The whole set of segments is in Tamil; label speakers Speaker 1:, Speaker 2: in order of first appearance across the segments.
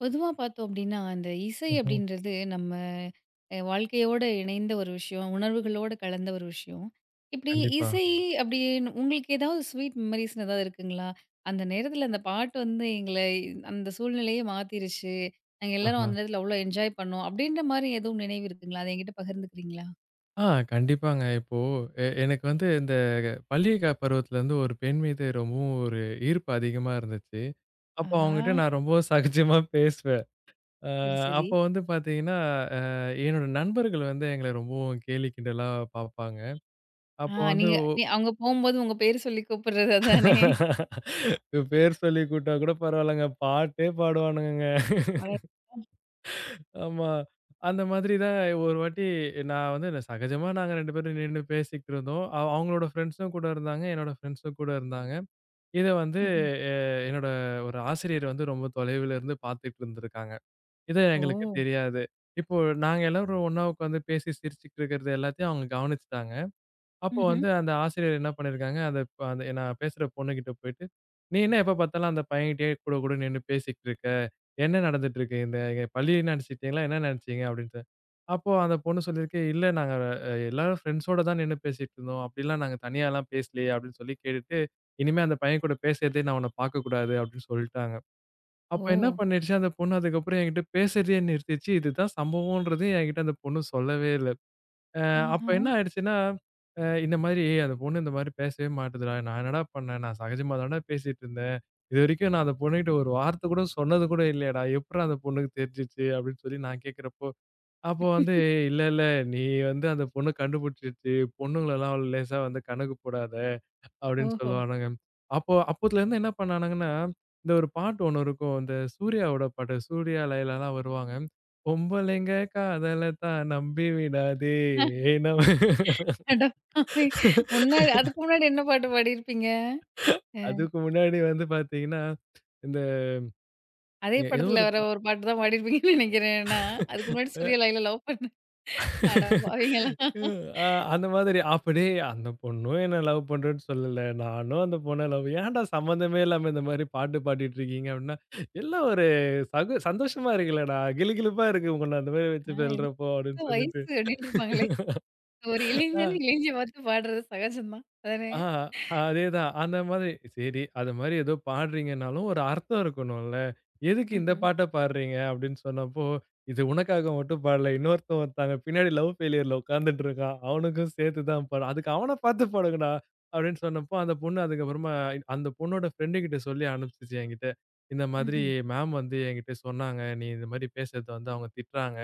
Speaker 1: பொதுவா பார்த்தோம் அப்டின்னா, அந்த இசை
Speaker 2: ம்ஹ்ம்.
Speaker 1: அப்டின்றது நம்ம வாழ்க்கையோட இணைந்த ஒரு விஷயம். உணர்வுகளோட கலந்த ஒரு விஷயம். இப்டி
Speaker 2: கண்டிப்பா.
Speaker 1: இசை அப்டின்னு உங்களுக்கு ஏதாவது ஸ்வீட் மெமரீஸ்ன்னு ஏதாவது இருக்குங்களா? அந்த நேரத்துல அந்த பாட்டு வந்து எங்கள அந்த சூழ்நிலையே மாத்திருச்சு. நாங்க எல்லாரும்
Speaker 2: ஆஹா.
Speaker 1: அந்த நேரத்துல அவ்ளோ என்ஜாய் பண்ணோம். அப்டின்ற மாரி எதுவும் நினைவு இருக்குங்களா? அத என்கிட்ட பகிர்ந்துக்கிறீங்களா?
Speaker 2: ஆ கண்டிப்பாங்க. இப்போ எனக்கு வந்து இந்த பள்ளி பருவத்திலேருந்து ஒரு பெண் மீது ரொம்பவும் ஒரு ஈர்ப்பு அதிகமா இருந்துச்சு. அப்போ
Speaker 1: ஆஹா!
Speaker 2: அவங்ககிட்ட நான் ரொம்ப சகஜமா பேசுவேன். அ
Speaker 1: சரி, சரி.
Speaker 2: அப்போ வந்து பார்த்தீங்கன்னா, அ என்னோட நண்பர்கள் வந்து எங்கள ரொம்பவும் கேலி கிண்டலா பார்ப்பாங்க.
Speaker 1: ஆ,
Speaker 2: அப்போ வந்து
Speaker 1: நீ அவங்க போம்போது உங்க பேரு சொல்லி கூப்பிடுறது அதானே?
Speaker 2: பேர் சொல்லி கூப்பிட்டா கூட பரவாயில்லங்க. பாட்டே பாடுவானுங்கங்க.
Speaker 1: அட!
Speaker 2: ஆமா. அந்த மாதிரி தான் ஒரு வாட்டி நான் சகஜமா நாங்க 2 பேரும் நின்னு பேசிக்கிட்டு இருந்தோம். அவங்களோட ஃப்ரெண்ட்ஸும் கூட இருந்தாங்க. என்னோட ஃப்ரெண்ட்ஸும் கூட இருந்தாங்க. இத வந்து
Speaker 1: ம்ஹ்ம்.
Speaker 2: அ என்னோட ஒரு ஆசிரியர் வந்து ரொம்ப தொலைவுல இருந்து பார்த்துட்டு இருந்திருக்காங்க. இது
Speaker 1: ஓ!
Speaker 2: எங்களுக்கு தெரியாது. இப்போ நாங்க எல்லாரும் ஒண்ணா உட்காந்து பேசி சிரிச்சுட்டு இருக்கிறது எல்லாத்தையும் அவங்க கவனிச்சுட்டாங்க. அப்போ
Speaker 1: ம்ஹ்ம்.
Speaker 2: வந்து அந்த ஆசிரியர் என்ன பண்ணியிருக்காங்க, அந்த நான் பேசுற பொண்ணுகிட்ட போயிட்டு, "நீ என்ன எப்ப பார்த்தாலும் அந்த பையன்கிட்டயே கூட கூட நின்னு பேசிக்கிட்டு இருக்க? என்ன நடந்துட்டு இருக்கு? இந்த எங்க பள்ளிய நினைச்சுட்டீங்களா? என்ன நினைச்சீங்க?" அப்படின்ட்டு. அப்போ அந்த பொண்ணு சொல்லியிருக்கு, "இல்ல நாங்க எல்லாரும் ஃப்ரெண்ட்ஸோட தான் நின்னு பேசிட்டு இருந்தோம். அப்படிலாம் நாங்க தனியாலாம் பேசலயே" அப்படின்னு சொல்லி கேட்டுட்டு, "இனிமே அந்த பையன் கூட பேசுறதே நான் உன்ன பார்க்கக்கூடாது" அப்படின்னு சொல்ட்டாங்க. அப்ப
Speaker 1: ஓ!
Speaker 2: என்ன பண்ணிடுச்சு அந்த பொண்ணு அதுக்கப்புறம் என்கிட்ட பேசுறதையே நிறுத்திச்சு. இதுதான் சம்பவம்ன்றதையும் என்கிட்ட அந்த பொண்ணு சொல்லவே இல்ல. அ அப்ப
Speaker 1: ஆஹா!
Speaker 2: என்ன ஆயிடுச்சுன்னா, இந்த மாதிரி "ஏய், அந்த பொண்ணு இந்த மாதிரி பேசவே மாட்டுதுடா. நான் என்னடா பண்ணேன்? நான் சகஜமா தான்டா பேசிட்டு இருந்தேன். இதுவரைக்கும் நான் அந்த பொண்ணுகிட்ட ஒரு வார்த்தை கூட சொன்னது கூட இல்லையேடா. எப்புட்றா அந்த பொண்ணுக்கு தெரிஞ்சுச்சு? அப்படின்னு சொல்லி நான் கேட்கிறப்போ, அப்போ வந்து "ஏய், இல்ல, இல்ல நீ வந்து அந்த பொண்ணு கண்டுபிடிச்சிருச்சு. பொண்ணுங்களலாம் அவ்ளோ லேசா வந்து கணக்கு போடாத அப்படின்னு
Speaker 1: ஓஹோ!
Speaker 2: சொல்லுவானுங்க. அப்போ அப்போத்துலருந்து என்ன பண்ணானுங்கன்னா, இந்த ஒரு பாட்டு ஒண்ணு இருக்கும். இந்த சூர்யாவோட பாட்டு. சூர்யா, லயலாலாம் வருவாங்க. பொம்பளைங்க காதலத்தான் நம்பி விடாதே. ஏன்னா
Speaker 1: அட பாவி! முன்னாடி அதுக்கு முன்னாடி என்ன பாட்டு பாடியிருப்பீங்க? அ
Speaker 2: அதுக்கு முன்னாடி வந்து பார்த்தீங்கன்னா, இந்த
Speaker 1: அதே
Speaker 2: ஏதோ
Speaker 1: படத்துல
Speaker 2: ஒரு
Speaker 1: வர ஒரு பாட்டு தான் பாடியிருப்பீங்கன்னு நெனைக்கிறேன். ஏன்னா, அதுக்கு முன்னாடி சூர்யா, லைலா லவ் பண்ண அட பாவிங்களா!
Speaker 2: அ அந்த மாதிரி அப்படியே அந்த பொண்ணும் என்ன லவ் பண்றேன்னு சொல்லல. நானும் அந்த பொண்ண லவ் ஏன்டா சம்மந்தமே இல்லாம இந்த மாரி பாட்டு பாடிட்டு இருக்கீங்க அப்படின்னா, எல்லாம் ஒரு சந்தோஷமா இருக்குல்லடா, கிலுகிலுப்பா இருக்கு உங்கள அந்த மாரி
Speaker 1: ஆ,
Speaker 2: வச்சு
Speaker 1: இது
Speaker 2: வெல்றப்போ
Speaker 1: இப்ப
Speaker 2: அப்படின்னு
Speaker 1: வயசு
Speaker 2: சொல்லிட்டு.
Speaker 1: அப்டின்ருப்பாங்களே! ஒரு இளைஞன் இளைஞ்சிய பார்த்து பாடுறது சகஜம் தான். அதானே?
Speaker 2: ஆ, அதேதான். அந்த மாதிரி சரி, அது மாதிரி ஏதோ பாடுறீங்கன்னாலும் ஒரு அர்த்தம் இருக்கணும்ல. எதுக்கு இந்த
Speaker 1: ம்ஹ்ம்.
Speaker 2: பாட்ட பாடுறீங்க அப்படின்னு சொன்னப்போ, இது உனக்காக மட்டும் பாடல. இன்னொருத்தன் ஒருத்தங்க பின்னாடி லவ் ஃபெயிலியர்ல உட்கார்ந்துட்டு இருக்கான். அவனுக்கும் சேர்த்து தான் பாடு. அதுக்கு அவன பார்த்து பாடுங்கடா அப்படின்னு சொன்னப்போ, அந்த பொண்ணு அதுக்கப்புறமா அந்த பொண்ணோட ஃப்ரெண்டு கிட்ட சொல்லி அனுப்பிச்சுச்சு என்கிட்ட. இந்த மாதிரி
Speaker 1: ம்ஹ்ம்.
Speaker 2: மேம் வந்து என்கிட்ட சொன்னாங்க. நீ இந்த மாதிரி பேசுறத வந்து அவங்க திட்டுறாங்க.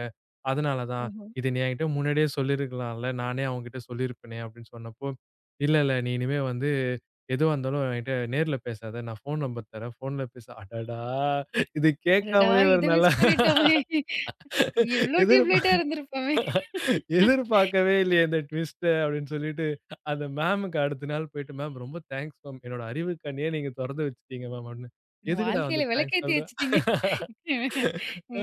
Speaker 2: அதனால தான்.
Speaker 1: ஓஹோ!
Speaker 2: "இது நீ என்கிட்ட முன்னாடியே சொல்லியிருக்கலாம்ல. நானே அவங்ககிட்ட சொல்லியிருப்பேனே!" அப்படின்னு சொன்னப்போ, "இல்ல, இல்ல. நீ இனிமே வந்து எதுவா இருந்தாலும் என்கிட்ட நேர்ல பேசாத. நான் ஃபோன் நம்பர் தரேன். ஃபோன்ல பேசு." அடடா! இது
Speaker 1: அடடா!
Speaker 2: கேட்காமலே
Speaker 1: இத
Speaker 2: ஒரு நல்லா
Speaker 1: மிஸ் பண்ணிட்டோமே! இவ்ளோ
Speaker 2: எதிர்பா
Speaker 1: டியூப்லைட்டா இருந்திருப்போமே!
Speaker 2: எதிர்பார்க்கவே இல்லையே இந்த ட்விஸ்ட்ட அப்படின்னு சொல்லிட்டு, அந்த மேமுக்கு அடுத்த நாள் போயிட்டு, "மேம் ரொம்ப தேங்க்ஸ் மேம். என்னோட அறிவு கண்ணயே நீங்க தொறந்து வச்சுட்டீங்க மேம்." அப்படின்னு. "எதுக்குடா
Speaker 1: வாழ்க்கையில
Speaker 2: வந்து தேங்க்ஸ்
Speaker 1: விளக்கேத்தி
Speaker 2: சொல்ற?"
Speaker 1: வச்சுட்டீங்க.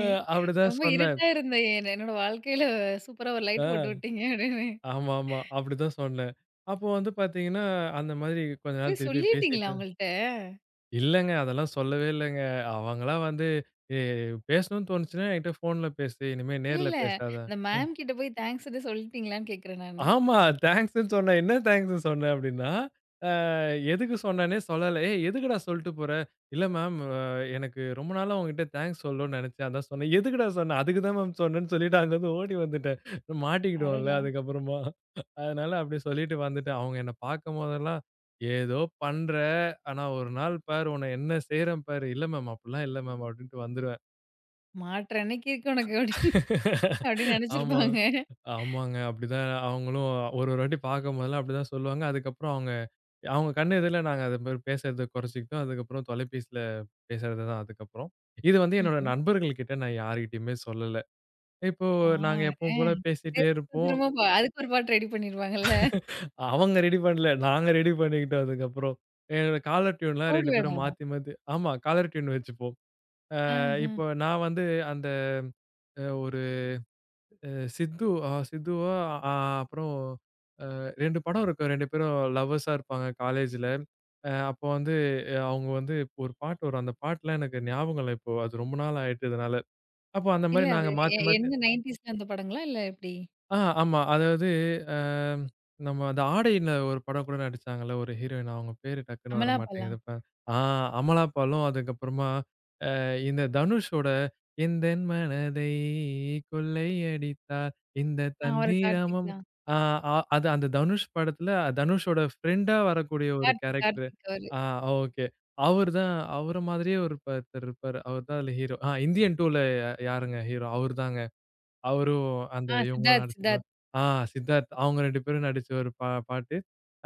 Speaker 2: அ அப்படிதான்
Speaker 1: ரொம்ப
Speaker 2: சொன்னேன்.
Speaker 1: இருட்டா இருந்த என்னோட வாழ்க்கையில சூப்பரா ஒரு லைட் போட்டு
Speaker 2: ஆ.
Speaker 1: விட்டீங்க அப்டின்னு.
Speaker 2: ஆமா, ஆமா. அப்படிதான் சொன்னேன். அப்போ வந்து பார்த்தீங்கன்னா, அந்த மாதிரி கொஞ்ச நாள்
Speaker 1: போய்
Speaker 2: திருப்பி
Speaker 1: சொல்லிட்டீங்களா
Speaker 2: பேசிட்டு
Speaker 1: அவங்கள்ட்ட?
Speaker 2: இல்லங்க. அதெல்லாம் சொல்லவே இல்லங்க. அவங்களா வந்து "ஏ பேசணும்னு தோணுச்சுன்னா என்கிட்ட ஃபோன்ல பேசு. இனிமே
Speaker 1: இல்ல,
Speaker 2: நேர்ல
Speaker 1: இல்ல.
Speaker 2: பேசாத."
Speaker 1: அந்த
Speaker 2: ம்.
Speaker 1: மேம் கிட்ட போய் தேங்க்ஸ்ன்னு சொல்லிட்டீங்களான்னு கேட்கிறேன் நானு.
Speaker 2: ஆமா. தேங்க்ஸ்ன்னு சொன்னேன். என்ன தேங்க்ஸ் சொன்னேன் அப்படின்னா, அ எதுக்கு சொன்னேன்னே சொல்லல. "ஏய் எதுக்குடா சொல்ட்டு போற?" "இல்ல மேம் எனக்கு ரொம்ப நாளா உங்ககிட்ட தேங்க்ஸ் சொல்லணும்னு நினைச்சேன். அதான் சொன்னேன்." "எதுக்குடா சொன்ன?" "அதுக்கு தான் மேம் சொன்னேன்னு" சொல்லிட்டு அங்கருந்து ஓடி வந்துட்டேன். மாட்டிக்கிடுவோம்ல
Speaker 1: அடடா!
Speaker 2: அதுக்கப்புறமா. அதனால அப்படி சொல்லிட்டு வந்துட்டேன். அவங்க என்ன பார்க்கும்போதெல்லாம், "ஏதோ பண்ற. ஆனா ஒரு நாள் பாரு உன்னை என்ன செய்றேன் பாரு." "இல்ல மேம் அப்படிலாம் இல்ல மேம்." அப்படின்ட்டு வந்துருவேன்.
Speaker 1: மாட்ற அன்னைக்கு இருக்கு உனக்கு அப்படின்னு அப்படின்னு
Speaker 2: ஆமா.
Speaker 1: நெனச்சிருப்பாங்க.
Speaker 2: ஆமாங்க. அப்படிதான் அவங்களும் ஒரு ஒரு வாட்டி பார்க்கும்போதெல்லாம் அப்படிதான் சொல்லுவாங்க. அதுக்கப்புறம் அவங்க அவங்க கண் எதிர்ல நாங்க அது மாரி பேசுறத குறைச்சுக்கிட்டோம். அதுக்கப்புறம் தொலைபேசியில பேசுறது தான் அதுக்கப்புறம். இது வந்து என்னோட
Speaker 1: ம்ஹ்ம்.
Speaker 2: நண்பர்கள் கிட்ட நான் யார்கிட்டயுமே சொல்லல. இப்போ நாங்க எப்பவும் போல
Speaker 1: பாரேன்.
Speaker 2: பேசிட்டே
Speaker 1: திரும்ப
Speaker 2: இருப்போம்.
Speaker 1: திரும்ப பா அதுக்கு ஒரு பாட்டு ரெடி பண்ணிருவாங்கல்ல.
Speaker 2: அவங்க ரெடி பண்ணல. நாங்க ரெடி பண்ணிக்கிட்டோம் அதுக்கப்புறம். எங்களோட காலர் டியூன்லாம் 2
Speaker 1: போடுவேடா.
Speaker 2: பேரும் மாத்தி, மாத்தி ஆமா காலர் டியூன் வச்சுப்போம்.
Speaker 1: ஆஹ.
Speaker 2: இப்போ நான் வந்து அந்த ஒரு அ சித்து அ சித்துவோ அ அப்புறம் அ 2 படம் இருக்கும். 2 பேரும் லவ்வர்ஸா இருப்பாங்க காலேஜ்ல. அப்போ வந்து அவங்க வந்து ஒரு பாட்டு வரும். அந்த பாட்டுலாம் எனக்கு ஞாபகம் இல்ல இப்போ. அது ரொம்ப நாள் ஆயிட்டதுனால. அப்போ அந்த
Speaker 1: இல்ல
Speaker 2: மாரி
Speaker 1: அது
Speaker 2: நாங்க மாத்தி, மாத்தி
Speaker 1: என்ன 90ஸ்ல அந்த படங்களா? இல்ல எப்படி?
Speaker 2: ஆ, ஆமா. அதாவது அ நம்ம அந்த ஆடையில ஒரு படம் கூட நடிச்சாங்கல்ல ஒரு ஹீரோயின். அவங்க பேரு டக்குன்னு வர
Speaker 1: அமலா பாலா?
Speaker 2: மாட்டேங்குது. இப்ப ஆ அமலா பாலும் அதுக்கப்புறமா இந்த தனுஷோட "எந்தன் மனதை கொள்ளையடித்தார் இந்த
Speaker 1: ஆ, அவரு கார்த்திக்
Speaker 2: தந்திரமும்"
Speaker 1: தான்.
Speaker 2: ஆ அது அந்த தனுஷ் படத்துல தனுஷோட ஃப்ரெண்டா வரக்கூடிய ஒரு
Speaker 1: கார்த்திக்,
Speaker 2: கேரக்டரு.
Speaker 1: கார்த்திக் அவரு.
Speaker 2: ஆ ஓகே. அவரு தான் அவர மாதிரியே ஒருத்தர் இருப்பாரு. அவர் தான் அதுல ஹீரோ. ஆ இந்தியன் 2ல யாருங்க ஹீரோ? அவரு தாங்க. அவரும் அந்த
Speaker 1: ஆ,
Speaker 2: இவங்களும்
Speaker 1: சித்தார்த்,
Speaker 2: நடிச்ச
Speaker 1: சித்தார்த்.
Speaker 2: ஆ சித்தார்த் அவங்க 2 பேரும் நடிச்ச ஒரு பாட்டு.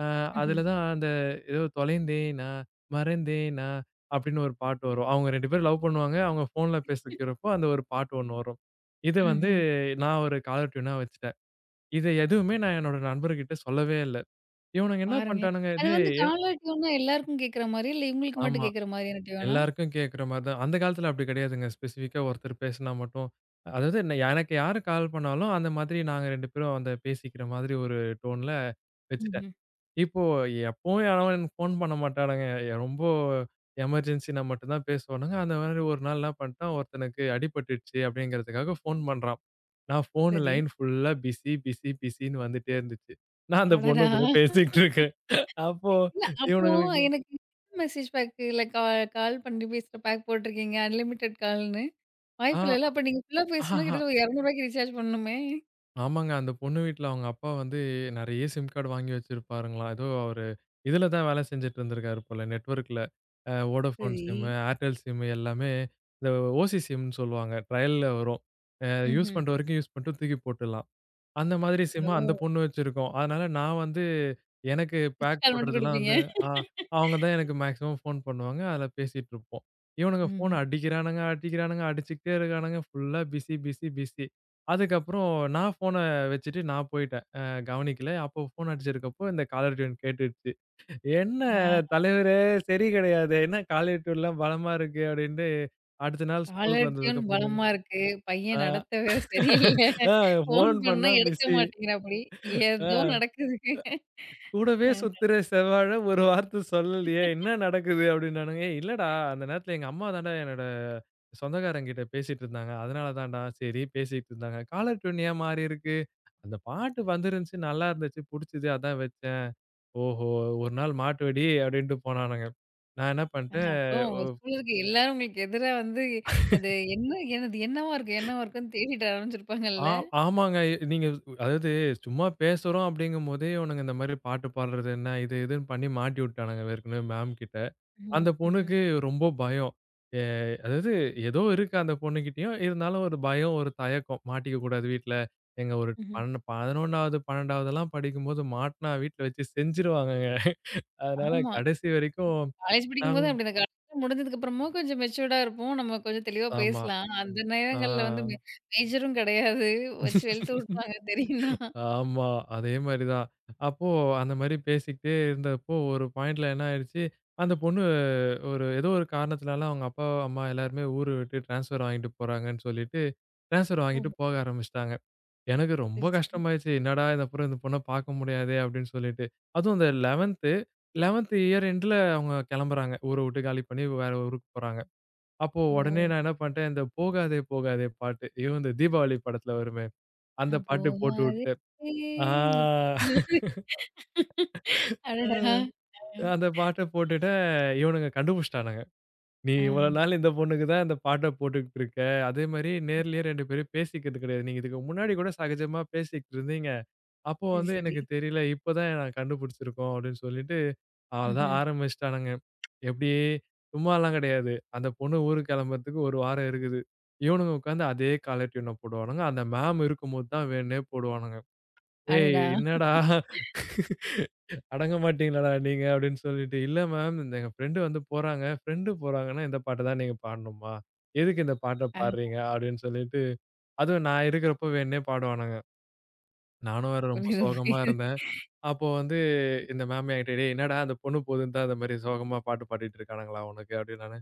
Speaker 2: அ
Speaker 1: ம்ஹ்ம்.
Speaker 2: அதுல தான் அந்த ஏதோ தொலைந்தேனா, மறந்தேனா அப்படின்னு ஒரு பாட்டு வரும். அவங்க 2 பேரும் லவ் பண்ணுவாங்க. அவங்க ஃபோன்ல பேசிக்கிறப்போ அந்த ஒரு பாட்டு ஒண்ணு வரும். இத வந்து
Speaker 1: ம்ஹ்ம்.
Speaker 2: நான் ஒரு காலர் டியூனா வச்சுட்டேன். இத எதுவுமே நான் என்னோட நண்பர்கிட்ட சொல்லவே இல்ல. இவனுங்க என்ன
Speaker 1: பாருங்களேன்.
Speaker 2: பண்ட்டானுங்க,
Speaker 1: அது
Speaker 2: டேய்
Speaker 1: வந்து
Speaker 2: ஏன்-
Speaker 1: காலா டியூன்னா எல்லாருக்கும் கேட்கிற மாரியா? இல்ல இவங்களுக்கு மட்டும்
Speaker 2: ஆமா.
Speaker 1: கேட்கிற மாரியான டியூனா?
Speaker 2: எல்லாருக்கும் கேட்குற மாரி தான். அந்த காலத்துல அப்படி கிடையாதுங்க. ஸ்பெசிஃபிக்கா ஒருத்தர் பேசினா மட்டும் அதாவது எனக்கு யாரு கால் பண்ணாலும், அந்த மாதிரி நாங்க 2 பேரும் அந்த பேசிக்கிற மாதிரி ஒரு டோன்ல வச்சுட்டேன்.
Speaker 1: ம்ஹ்ம்.
Speaker 2: இப்போ எப்பவும் யாரும் எனக்கு ஃபோன் பண்ண மாட்டானுங்க. ரொம்ப எமர்ஜென்சினா மட்டும் தான் பேசுவானுங்க. அந்த மாதிரி ஒரு நாள் என்ன பண்ணிட்டான், ஒருத்தனுக்கு அடிபட்டுடுச்சு அப்படிங்கிறதுக்காக ஃபோன் பண்றான். நான் ஃபோன்
Speaker 1: சரி.
Speaker 2: லைன் ஃபுல்லா பிஸி, பிஸி, பிஸின்னு வந்துட்டே இருந்துச்சு. நான் அந்த
Speaker 1: அடடா!
Speaker 2: பொண்ணு கூட பேசிக்கிட்டு இருக்கேன். அப்போ
Speaker 1: இல்ல அப்போ
Speaker 2: இவனுங்களுக்கு
Speaker 1: எனக்கு மெசேஜ் பேக்கு இல்ல கால் பண்ணி பேசுற பேக் போட்டிருக்கீங்க. அன்லிமிட்டட் கால்ன்னு. வாய்ப்பில்லல்ல. அப்ப நீங்க ஃபுல்லா பேசணும்னா
Speaker 2: ஆ,
Speaker 1: கிட்டத்தட்ட ஒரு ரூ. 200க்கு ரீசார்ஜ் பண்ணணுமே!
Speaker 2: ஆமாங்க. அந்த பொண்ணு வீட்ல அவங்க அப்பா வந்து நெறைய சிம் கார்டு வாங்கி வச்சிருப்பாருங்களாம். ஏதோ அவரு இதுல தான் வேலை செஞ்சுட்டு இருந்திருக்காரு போல நெட்வொர்க்ல. வோடஃபோன்
Speaker 1: சரி.
Speaker 2: சிம்மு, ஏர்டெல் சிம்மு எல்லாமே இந்த ஓசி சிம்ன்னு சொல்லுவாங்க. ட்ரையல்ல வரும். அ யூஸ்
Speaker 1: ம்ஹ்ம்.
Speaker 2: பண்ற வரைக்கும் யூஸ் பண்ணிட்டு தூக்கி போட்டுடலாம். அந்த மாதிரி சிம்ம
Speaker 1: ஓ!
Speaker 2: அந்த பொண்ணு வச்சிருக்கோம். அதனால நான் வந்து எனக்கு
Speaker 1: மிஸ்டு
Speaker 2: பேக்
Speaker 1: கால் மட்டும்
Speaker 2: போடுறதெல்லாம்
Speaker 1: குடுப்பீங்க.
Speaker 2: வந்து ஆ அவங்க தான் எனக்கு மேக்ஸிமம் ஃபோன் பண்ணுவாங்க. அதில பேசிட்டு இருப்போம். இவனுங்க ஃபோன்
Speaker 1: ம்ஹ்ம்.
Speaker 2: அடிக்கிறானுங்க, அடிக்கிறானுங்க, அடிச்சுக்கிட்டே இருக்கானுங்க. ஃபுல்லா பிஸி, பிஸி, பிஸி. அதுக்கப்புறம் நான் ஃபோன வச்சுட்டு நான் போயிட்டேன். கவனிக்கல. அப்போ ஃபோன் அடிச்சிருக்கப்போ இந்த காலர் டியூன் கேட்டுடுச்சு. "என்ன
Speaker 1: ஆ,
Speaker 2: தலைவரே சரி கிடையாது. என்ன காலர் டியூன்லாம் பலமா இருக்கு" அப்படின்ட்டு அடுத்த நாள் ஸ்கூலுக்கு
Speaker 1: காலர் டியூன்
Speaker 2: வந்ததுக்கப்புறம் கேட்டா,
Speaker 1: பலமா இருக்கு.
Speaker 2: ஆ,
Speaker 1: பையன் நடத்த வேற சரியில்ல.
Speaker 2: ஆ
Speaker 1: ஃபோன்
Speaker 2: ஃபோன்
Speaker 1: பண்ணா
Speaker 2: பண்ணா
Speaker 1: எடுக்க
Speaker 2: பிஸி.
Speaker 1: மாட்டேங்கிறாப்படி. ஏதோ
Speaker 2: ஆ.
Speaker 1: நடக்குதுங்க.
Speaker 2: கூடவே சுத்துற செவ்வாழ ஒரு வார்த்தை சொல்லலையே! என்ன நடக்குது? அப்டின்னானுங்க. ஏய் இல்லடா, அந்த நேரத்துல எங்க அம்மா தான்டா என்னோட சொந்தக்காரங்கிட்ட பேசிட்டு இருந்தாங்க. அதனால தான்டா, சரி பேசிட்டு இருந்தாங்க. காலர் டியூன் ஏன் மாறியிருக்கு? அந்த பாட்டு வந்திருந்துச்சு, நல்லா இருந்துச்சு, புடிச்சது அதான் வச்சேன். ஓஹோ! ஒரு நாள் மாட்டுவடி அப்டின்ட்டு போனானுங்க. நான் என்ன
Speaker 1: ஆஹ,
Speaker 2: பண்ட்டேன்,
Speaker 1: அப்போ
Speaker 2: ஒ
Speaker 1: உங்க ஸ்கூல்ல இருக்க எல்லாரும் உங்களுக்கு எதிரா வந்து, அது என்ன எனது என்னவா இருக்கு என்னவா இருக்குன்னு தேடிட்டு ஆரம்பிச்சிருப்பாங்கல்ல?
Speaker 2: ஆ ஆமாங்க. நீங்க அதாவது சும்மா பேசுறோம் அப்டிங்கும்போதே இவனுங்க இந்த மாரி பாட்டு பாடுறது என்ன, இது இதுன்னு பண்ணி மாட்டி விட்டானுங்க ஏற்கனவே மேம் கிட்ட.
Speaker 1: ம்.
Speaker 2: அந்த
Speaker 1: ம்ஹ்ம்.
Speaker 2: பொண்ணுக்கு ரொம்ப பயம். எ அதாவது ஏதோ இருக்கு அந்த பொண்ணுகிட்டயும். இருந்தாலும் ஒரு பயம், ஒரு தயக்கம். மாட்டிக்க கூடாது வீட்ல. எங்க ஒரு
Speaker 1: ம்ஹ்ம்.
Speaker 2: 11வது, 12வதுலாம் படிக்கும்போது மாட்னா வீட்ல வச்சு செஞ்சுருவாங்கங்க. அதனால
Speaker 1: ஆமா.
Speaker 2: கடைசி வரைக்கும்
Speaker 1: காலேஜ் படிக்கும்போது
Speaker 2: நாங்களும்
Speaker 1: அப்படிதான். காலேஜ்லாம் முடிஞ்சதுக்கு அப்புறமா கொஞ்சம் மெச்சூர்டா இருப்போம். நம்ம கொஞ்சம் தெளிவா
Speaker 2: ஆமா.
Speaker 1: பேசலாம். அந்த
Speaker 2: ஆ.
Speaker 1: நேரங்கள்ல வந்து மேஜரும் கிடையாது. வச்சு வெளுத்து விட்டுருவாங்க தெரியும்னா.
Speaker 2: ஆமா. அதே மாரி தான். அப்போ அந்த மாரி பேசிக்கிட்டே இருந்தப்போ ஒரு பாயிண்ட்ல என்ன ஆயிடுச்சு, அந்த பொண்ணு ஒரு ஏதோ ஒரு காரணத்துனால அவங்க அப்பா, அம்மா எல்லாருமே ஊரு விட்டு ட்ரான்ஸ்ஃபர் வாங்கிட்டு போறாங்கன்னு சொல்லிட்டு, ட்ரான்ஸ்ஃபர்
Speaker 1: ஓ!
Speaker 2: வாங்கிட்டு போக ஆரம்பிச்சுட்டாங்க. எனக்கு
Speaker 1: சரி,
Speaker 2: ரொம்ப
Speaker 1: சரி.
Speaker 2: கஷ்டமாயிருச்சு. என்னடா இது அப்புறம் இந்த பொண்ண பார்க்க முடியாதே அப்படின்னு சொல்லிட்டு. அதுவும் அந்த 11த் இயர் எண்டுல அவங்க கிளம்புறாங்க. ஊர விட்டு காலி பண்ணி வேற ஊருக்கு போறாங்க. அப்போ
Speaker 1: ஓ!
Speaker 2: உடனே நான் என்ன பண்ட்டேன், இந்த "போகாதே போகாதே" பாட்டு. ஐயோ! இந்த தீபாவளி படத்துல வருமே, அந்த பாட்டு
Speaker 1: போகாதே
Speaker 2: போட்டுவுட்டேன். ஆ.
Speaker 1: போகாதே
Speaker 2: அ
Speaker 1: அடடா! அ.
Speaker 2: அந்த பாட்ட போட்டுட்டேன். இவனுங்க கண்டுபிடிச்சுட்டானுங்க. நீ இவ்வளோ
Speaker 1: ஆஹ.
Speaker 2: நாள் இந்த பொண்ணுக்கு தான் இந்த பாட்ட போட்டுக்கிட்டு இருக்க. அதே மாரி நேர்லயே 2 பேரும் பேசிக்கிறது கிடையாது. நீங்க இதுக்கு முன்னாடி கூட சகஜமா பேசிக்கிட்டு இருந்தீங்க. அப்போ
Speaker 1: சரி,
Speaker 2: வந்து
Speaker 1: சரி.
Speaker 2: எனக்கு தெரியல. இப்ப தான் நான் கண்டுபிடிச்சிருக்கோம் அப்படின்னு சொல்லிட்டு, அவ்வளோதான்
Speaker 1: ம்ஹ்ம்.
Speaker 2: ஆரம்பிச்சுட்டானுங்க. எப்படி சும்மாலாம் கிடையாது. அந்த பொண்ணு ஊருக்கு கிளம்புறதுக்கு 1 வாரம் இருக்குது. இவனுங்க உட்காந்து அதே காலர் டியூன போடுவானுங்க. அந்த மேம் இருக்கும்போது தான் வேணும்னே போடுவானுங்க. ஏய்
Speaker 1: அடடா!
Speaker 2: என்னடா! அடங்க மாட்டீங்களாடா நீங்க அப்படின்னு சொல்லிட்டு, "இல்ல மேம் இந்த எங்க ஃப்ரெண்ட் வந்து போறாங்க. ஃப்ரெண்ட் போறாங்கன்னா இந்த பாட்ட தான் நீங்க பாடணுமா? எதுக்கு இந்த பாட்ட
Speaker 1: ஆ,
Speaker 2: பாடுறீங்க?" அப்படின்னு சொல்லிட்டு, அதுவும் நான் இருக்கிறப்போ வேணும்னே பாடுவானுங்க. நானும் வேற ரொம்ப
Speaker 1: புரியுது,
Speaker 2: சோகமா
Speaker 1: புரியுது.
Speaker 2: இருந்தேன். அப்போ வந்து இந்த மேம் என்கிட்ட, "டேய் என்னடா அந்த பொண்ணு போகுதுன்னு தான் இந்த மாரி சோகமா பாட்டு பாடிட்டு இருக்கானுங்களா உனக்கு?" அப்படின்னு நானு.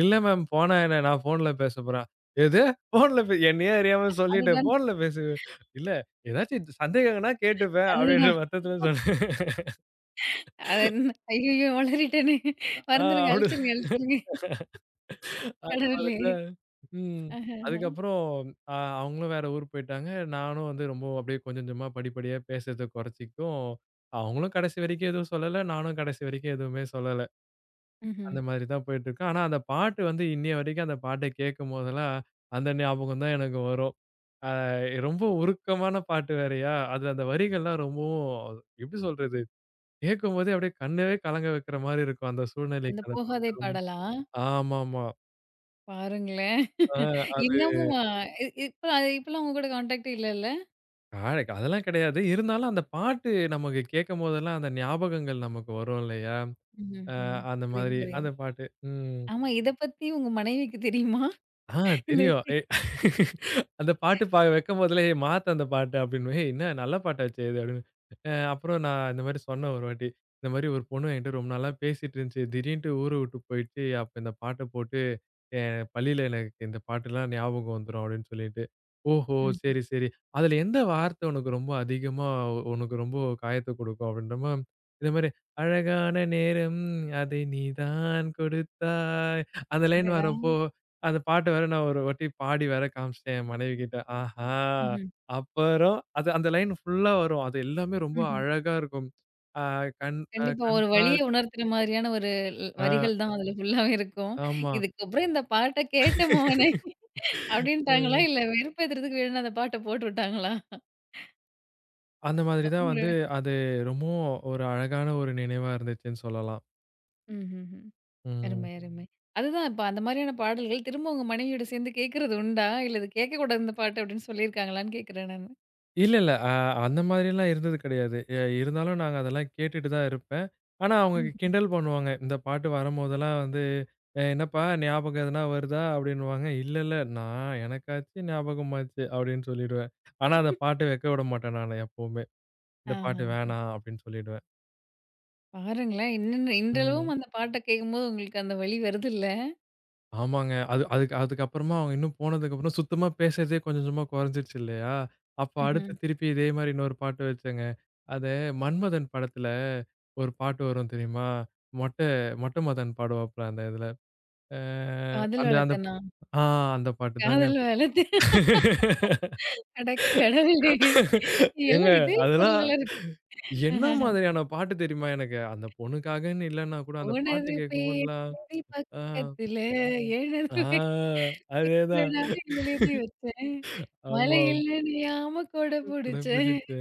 Speaker 2: "இல்ல மேம் போனா என்ன? நான் ஃபோன்ல பேச போறேன்." "எது? ஃபோன்ல பே என்னையே அறியாம சொல்லிட்டேன்.
Speaker 1: அதுதான்
Speaker 2: ஃபோன்ல பேசு." "இல்ல ஏதாச்சும் சந்தேகம்னா கேட்டுப்பேன்."
Speaker 1: அதுதாங்க.
Speaker 2: அப்படின்ற அர்த்தத்துல சொன்னேன்.
Speaker 1: அது என்ன ஐயய்யோ! ஒளறிட்டேனே!
Speaker 2: ஆ
Speaker 1: மறந்துருங்க.
Speaker 2: அப்படி
Speaker 1: அழிச்சிருங்க, அழிச்சிருங்க.
Speaker 2: அந்த
Speaker 1: கடவுளே!
Speaker 2: மாதிரி தான். ம்.
Speaker 1: அஹஹ.
Speaker 2: அதுக்கப்புறம் அ அவங்களும் வேற ஊர் போயிட்டாங்க. நானும் வந்து ரொம்ப அப்படியே கொஞ்சம் கொஞ்சமா படிப்படியா பேசுறத குறைச்சுக்கும். அவங்களும் கடைசி வரைக்கும் எதுவும் சொல்லல. நானும் கடைசி வரைக்கும் எதுவுமே சொல்லல.
Speaker 1: ம்ஹ்ம்.
Speaker 2: அந்த மாதிரி தான் போயிட்டுருக்கு. ஆனா, அந்த பாட்டு வந்து இன்னைய வரைக்கும் அந்த பாட்ட கேட்கும்போதெல்லாம், அந்த ஞாபகம் தான் எனக்கு வரும். அ ரொம்ப உருக்கமான பாட்டு வேறயா, அதுல அந்த வரிகள்லாம் ரொம்பவும் எப்படி சொல்றது? கேட்கும்போதே அப்படியே கண்ணவே கலங்க வைக்கிற மாரி இருக்கும் அந்த
Speaker 1: அந்த
Speaker 2: சூழ்நிலைக்கு அத
Speaker 1: போகாதே
Speaker 2: பார்க்குறோம்.
Speaker 1: பாடலா?
Speaker 2: ஆமாமா.
Speaker 1: பாருங்களேன்.
Speaker 2: அ அது
Speaker 1: இன்னமுமா? இப்ப இப்பலாம் உங்க கூட கான்டாக்ட்டே இல்லல்ல?
Speaker 2: காலைக்கு அதெல்லாம் கிடையாது. இருந்தாலும் அந்த பாட்டு நமக்கு கேட்கும்போதெல்லாம் அந்த ஞாபகங்கள் நமக்கு வரும் இல்லையா? அ
Speaker 1: ம்ஹ்ஹ்ம்.
Speaker 2: அந்த
Speaker 1: புரியுது,
Speaker 2: மாதிரி
Speaker 1: புரியுது.
Speaker 2: அந்த பாட்டு. ம்.
Speaker 1: ஆமா, இத பத்தி உங்க மனைவிக்கு தெரியுமா?
Speaker 2: ஆ
Speaker 1: இந்த
Speaker 2: தெரியும். அந்த பாட்டு வைக்கும்போதலே மாத்து அந்த பாட்ட அப்டின்னுவேன். "ஏய் என்ன நல்ல பாட்டாச்சே இது" அப்டின்னு. அப்புறம் நான் இந்த மாரி சொன்னேன் ஒரு வாட்டி. இந்த மாரி ஒரு பொண்ணு என்கிட்ட ரொம்ப நாளா பேசிட்டு இருந்துச்சு. திடீர்ன்ட்டு ஊர விட்டு போயிடுச்சு. அப்ப இந்த பாட்ட போட்டு என் பள்ளியில எனக்கு இந்த பாட்டுலாம் ஞாபகம் வந்துரும் அப்டின்னு சொல்லிட்டு. "ஓஹோ!
Speaker 1: ம்.
Speaker 2: சரி, சரி. அதுல எந்த வார்த்தை உனக்கு ரொம்ப அதிகமா உனக்கு ரொம்ப காயத்த குடுக்கும்?" அப்டின்றமா இந்த மாரி "அழகான நேரம் அதை நீ தான் கொடுத்தாய்" அந்த லைன்
Speaker 1: அடடா!
Speaker 2: வரப்போ அந்த பாட்ட வேற நான் ஒரு வாட்டி பாடி வேற காமிச்சுட்டேன் என் மனைவிகிட்ட. ஆஹா!
Speaker 1: ம்ஹ்ம்.
Speaker 2: அப்புறம் அது அந்த லைன் ஃபுல்லா வரும். அது எல்லாமே ரொம்ப
Speaker 1: ம்ஹ்ம்.
Speaker 2: அழகா இருக்கும். ஆ
Speaker 1: கண்டிப்பா.
Speaker 2: கண்
Speaker 1: ஒரு வலிய
Speaker 2: பார்க்கும்
Speaker 1: உணர்த்துற மாதிரியான ஒரு ல்
Speaker 2: ஆ
Speaker 1: வரிகள் தான் அதுல ஃபுல்லாவே இருக்கும்.
Speaker 2: ஆமா.
Speaker 1: இதுக்கப்புறம் இந்த பாட்ட கேட்ட மோகனே அப்டின்ட்டாங்களா?
Speaker 2: ம்.
Speaker 1: இல்ல வெறுப்பேத்துறதுக்கு வேணும்னு அந்த பாட்ட போட்டு விட்டாங்களா?
Speaker 2: அந்த மாதிரி தான் வந்து
Speaker 1: உங்க
Speaker 2: அது ரொம்பவும் ஒரு அழகான ஒரு நினைவா இருந்துச்சுன்னு சொல்லலாம்.
Speaker 1: ம்ஹ்ஹ்ம்.
Speaker 2: ம்.
Speaker 1: அருமை, அருமை. அதுதான் இப்ப அந்த மாரியான பாடல்கள் திரும்ப உங்க மனைவியோட சேர்ந்து கேட்கறது உண்டா? இல்ல இது கேட்கக்கூடாது இந்த பாட்டு அப்டின்னு சொல்லியிருக்காங்களான்னு கேட்கிறேன் நானு.
Speaker 2: இல்ல, இல்ல. அந்த மாதிரிலாம் இருந்தது கிடையாது. இருந்தாலும் நாங்க அதெல்லாம் கேட்டுட்டு தான் இருப்பேன். ஆனா அவங்க
Speaker 1: ம்.
Speaker 2: கிண்டல் பண்ணுவாங்க. இந்த பாட்டு வரும்போதெல்லாம் வந்து, "அ என்னப்பா ஞாபகம் எதுனா வருதா?" அப்படின்னுவாங்க. "இல்ல, இல்ல. நான் எனக்காச்சு ஞாபகமாச்சு" அப்படின்னு சொல்லிடுவேன். ஆனா அந்த பாட்ட வைக்க விட மாட்டேன் நானு எப்பவுமே. "இந்த
Speaker 1: ஆஹா!
Speaker 2: பாட்டு வேணாம்" அப்படின்னு சொல்லிடுவேன்.
Speaker 1: பாருங்களேன். இன்னும் இன்றளவும்
Speaker 2: ம்.
Speaker 1: அந்த பாட்ட கேட்கும்போது உங்களுக்கு அந்த வலி வருதுல்ல?
Speaker 2: ஆமாங்க. அது அதுக்கு அதுக்கப்புறமா அவங்க இன்னும் போனதுக்கப்புறம் சுத்தமா பேசுறதே கொஞ்சம் கொஞ்சமா குறைஞ்சிருச்சு இல்லையா? அப்ப
Speaker 1: ம்ஹ்ம்.
Speaker 2: அடுத்து திருப்பி இதே மாரி இன்னொரு பாட்டு வச்சேங்க. அது மன்மதன் படத்துல ஒரு பாட்டு வரும் தெரியுமா? மொட்டை மொட்டை மதன் பாடுவாப்புல அந்த இதுல. அ
Speaker 1: காதல்
Speaker 2: அந்த அந்த
Speaker 1: வளத்தனா?
Speaker 2: ஆ அந்த பாட்டு தாங்க.
Speaker 1: காதல் வளத்த அட கடவுளே!
Speaker 2: ஏங்க
Speaker 1: எல்லாம் இதே
Speaker 2: அதெல்லாம்
Speaker 1: பாடல்களா இருக்கு.
Speaker 2: என்ன மாதிரியான பாட்டு தெரியுமா எனக்கு? அந்த பொண்ணுக்காகன்னு இல்லன்னா கூட அந்த பாட்டு
Speaker 1: உனது
Speaker 2: கேட்கும்போதெல்லாம்
Speaker 1: பேரடி
Speaker 2: ஆ,
Speaker 1: பக்கத்துல எனது
Speaker 2: ஆ அதேதான்.
Speaker 1: பேரடான எழுதி வச்சேன்.
Speaker 2: ஆமா.
Speaker 1: மழையில் நனையாம கொடை
Speaker 2: புடை
Speaker 1: புடிச்சேன்.
Speaker 2: பிடித்து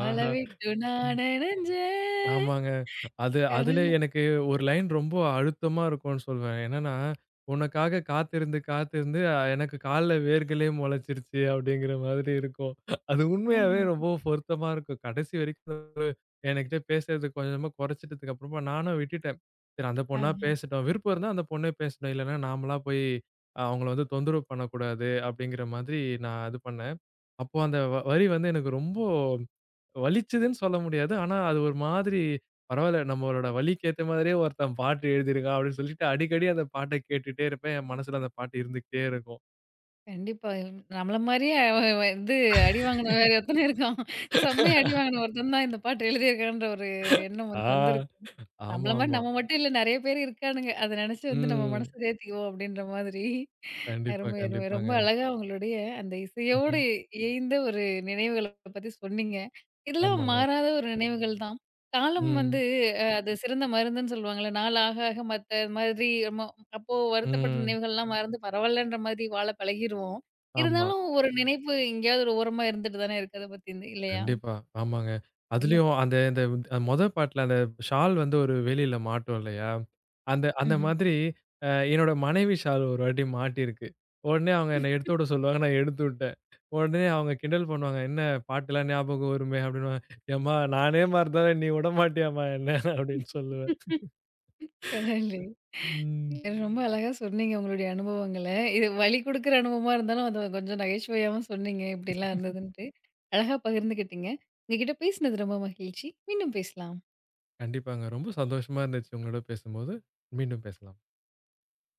Speaker 1: மழை விட்டு நான் நனைஞ்சேன்.
Speaker 2: ஆமாங்க. அது அதுல
Speaker 1: கடல
Speaker 2: எனக்கு ஒரு லைன் ரொம்ப அழுத்தமா இருக்கும்னு சொல்வேன். என்னன்னா, "உனக்காக காத்திருந்து காத்திருந்து எனக்கு கால்ல வேர்களே மொளச்சிருச்சு" அப்படிங்கிற மாதிரி இருக்கும். அது உண்மையாவே
Speaker 1: ஆமா.
Speaker 2: ரொம்ப பொருத்தமா இருக்கும். கடைசி வரைக்கும் என்கிட்ட பேசுறது கொஞ்சமா குறைச்சிட்டதுக்கு அப்புறமா நானும் விட்டுட்டேன். சரி அந்த பொண்ணா
Speaker 1: ஆ.
Speaker 2: பேசட்டும். விருப்பம் இருந்தா அந்த பொண்ணே பேசட்டும். இல்லன்னா நாமளா போய் அவங்கள வந்து தொந்தரவு பண்ணக்கூடாது அப்படிங்கிற மாதிரி நான் இது பண்ணேன். அப்போ அந்த வரி வந்து எனக்கு ரொம்ப வலிச்சதுன்னு சொல்ல முடியாது. ஆனா, அது ஒரு மாதிரி பரவால்ல நம்மளோட வலிக்கு ஏத்த மாதிரியே ஒருத்தன் பாட்டு எழுதியிருக்கான் அப்படின்னு சொல்லிட்டு அடிக்கடி அந்த பாட்ட கேட்டுட்டே இருப்பேன். என் மனசுல அந்த பாட்டு இருந்துகிட்டே இருக்கும்.
Speaker 1: கண்டிப்பா. நம்மள மாரியே அவ அவ இது அடி வாங்குன வேற ஒருத்தனும் இருக்கான். செம்மையா அடி வாங்குன ஒருத்தன் தான் இந்த பாட்டு எழுதியிருக்கான்ற ஒரு எண்ணம்
Speaker 2: ஆ.
Speaker 1: வந்து வந்திருக்கும். நம்மள மாரி
Speaker 2: ஆமாமா.
Speaker 1: நம்ம மட்டும் இல்ல நெறைய பேர் இருக்கானுங்க. அத நெனச்சு வந்து நம்ம மனச
Speaker 2: ம்.
Speaker 1: தேத்திக்குவோம் அப்டின்ற மாதிரி.
Speaker 2: கண்டிப்பா,
Speaker 1: அருமை, அருமை. கண்டிப்பா.
Speaker 2: கண்டிப்பாங்க.
Speaker 1: ரொம்ப அழகா உங்களுடைய அந்த இசையோடு
Speaker 2: ம்ஹ்ம்.
Speaker 1: இயைந்த ஒரு நினைவுகள பத்தி சொன்னீங்க. இதெல்லாம்
Speaker 2: ஆமாங்க.
Speaker 1: மாறாத ஒரு நினைவுகள் தான். காலம் வந்து
Speaker 2: ம்.
Speaker 1: அது சிறந்த மருந்துன்னு சொல்லுவாங்கல்ல. நாள் ஆக ஆக மத்த மாதிரி ம அப்போ வருத்தப்பட்ட
Speaker 2: ம்.
Speaker 1: நினைவுகள்லாம் மறந்து பரவாயில்லன்ற மாதிரி வாழ பழகிருவோம்.
Speaker 2: ஆமா.
Speaker 1: இருந்தாலும் ஒரு நினைப்பு எங்கேயாவது ஒரு ஓரமா இருந்துட்டு தானே இருக்கு அத பத்திந்து இல்லையா?
Speaker 2: கண்டிப்பா. ஆமாங்க.
Speaker 1: ரொம்ப
Speaker 2: அதுலயும் அந்த இந்த அந்த மொத பாட்டுல அந்த ஷால் வந்து ஒரு வேலியில மாட்டும் இல்லையா? அந்த அந்த
Speaker 1: ம்ஹ்ம்.
Speaker 2: மாதிரி என்னோட மனைவி ஷால் ஒரு வாட்டி மாட்டியிருக்கு. உடனே அவங்க என்ன எடுத்து விட சொல்லுவாங்க. நான் எடுத்து விட்டேன். உடனே அவங்க கிண்டல் பண்ணுவாங்க. "என்ன பாட்டெல்லாம் ஞாபகம் வருமே" அப்படின்னுவாங்க. "ஏம்மா நானே மறந்தாலும் நீ விடமாட்டியாம்மா என்ன?" அப்படின்னு சொல்லுவேன்.
Speaker 1: கடவுளே!
Speaker 2: ம்.
Speaker 1: ரொம்ப அழகா சொன்னீங்க உங்களுடைய அனுபவங்கள. இது வலி குடுக்குற அனுபவமா இருந்தாலும், அத கொஞ்சம் நகைச்சுவையாவும் சொன்னீங்க. இப்படிலாம் இருந்ததுன்ட்டு. அழகா பகிர்ந்துக்கிட்டீங்க. உங்ககிட்ட பேசினது ரொம்ப மகிழ்ச்சி. மீண்டும் பேசலாம்.
Speaker 2: கண்டிப்பாங்க. ரொம்ப சந்தோஷமா இருந்துச்சு உங்களோட பேசும்போது. மீண்டும் பேசலாம்.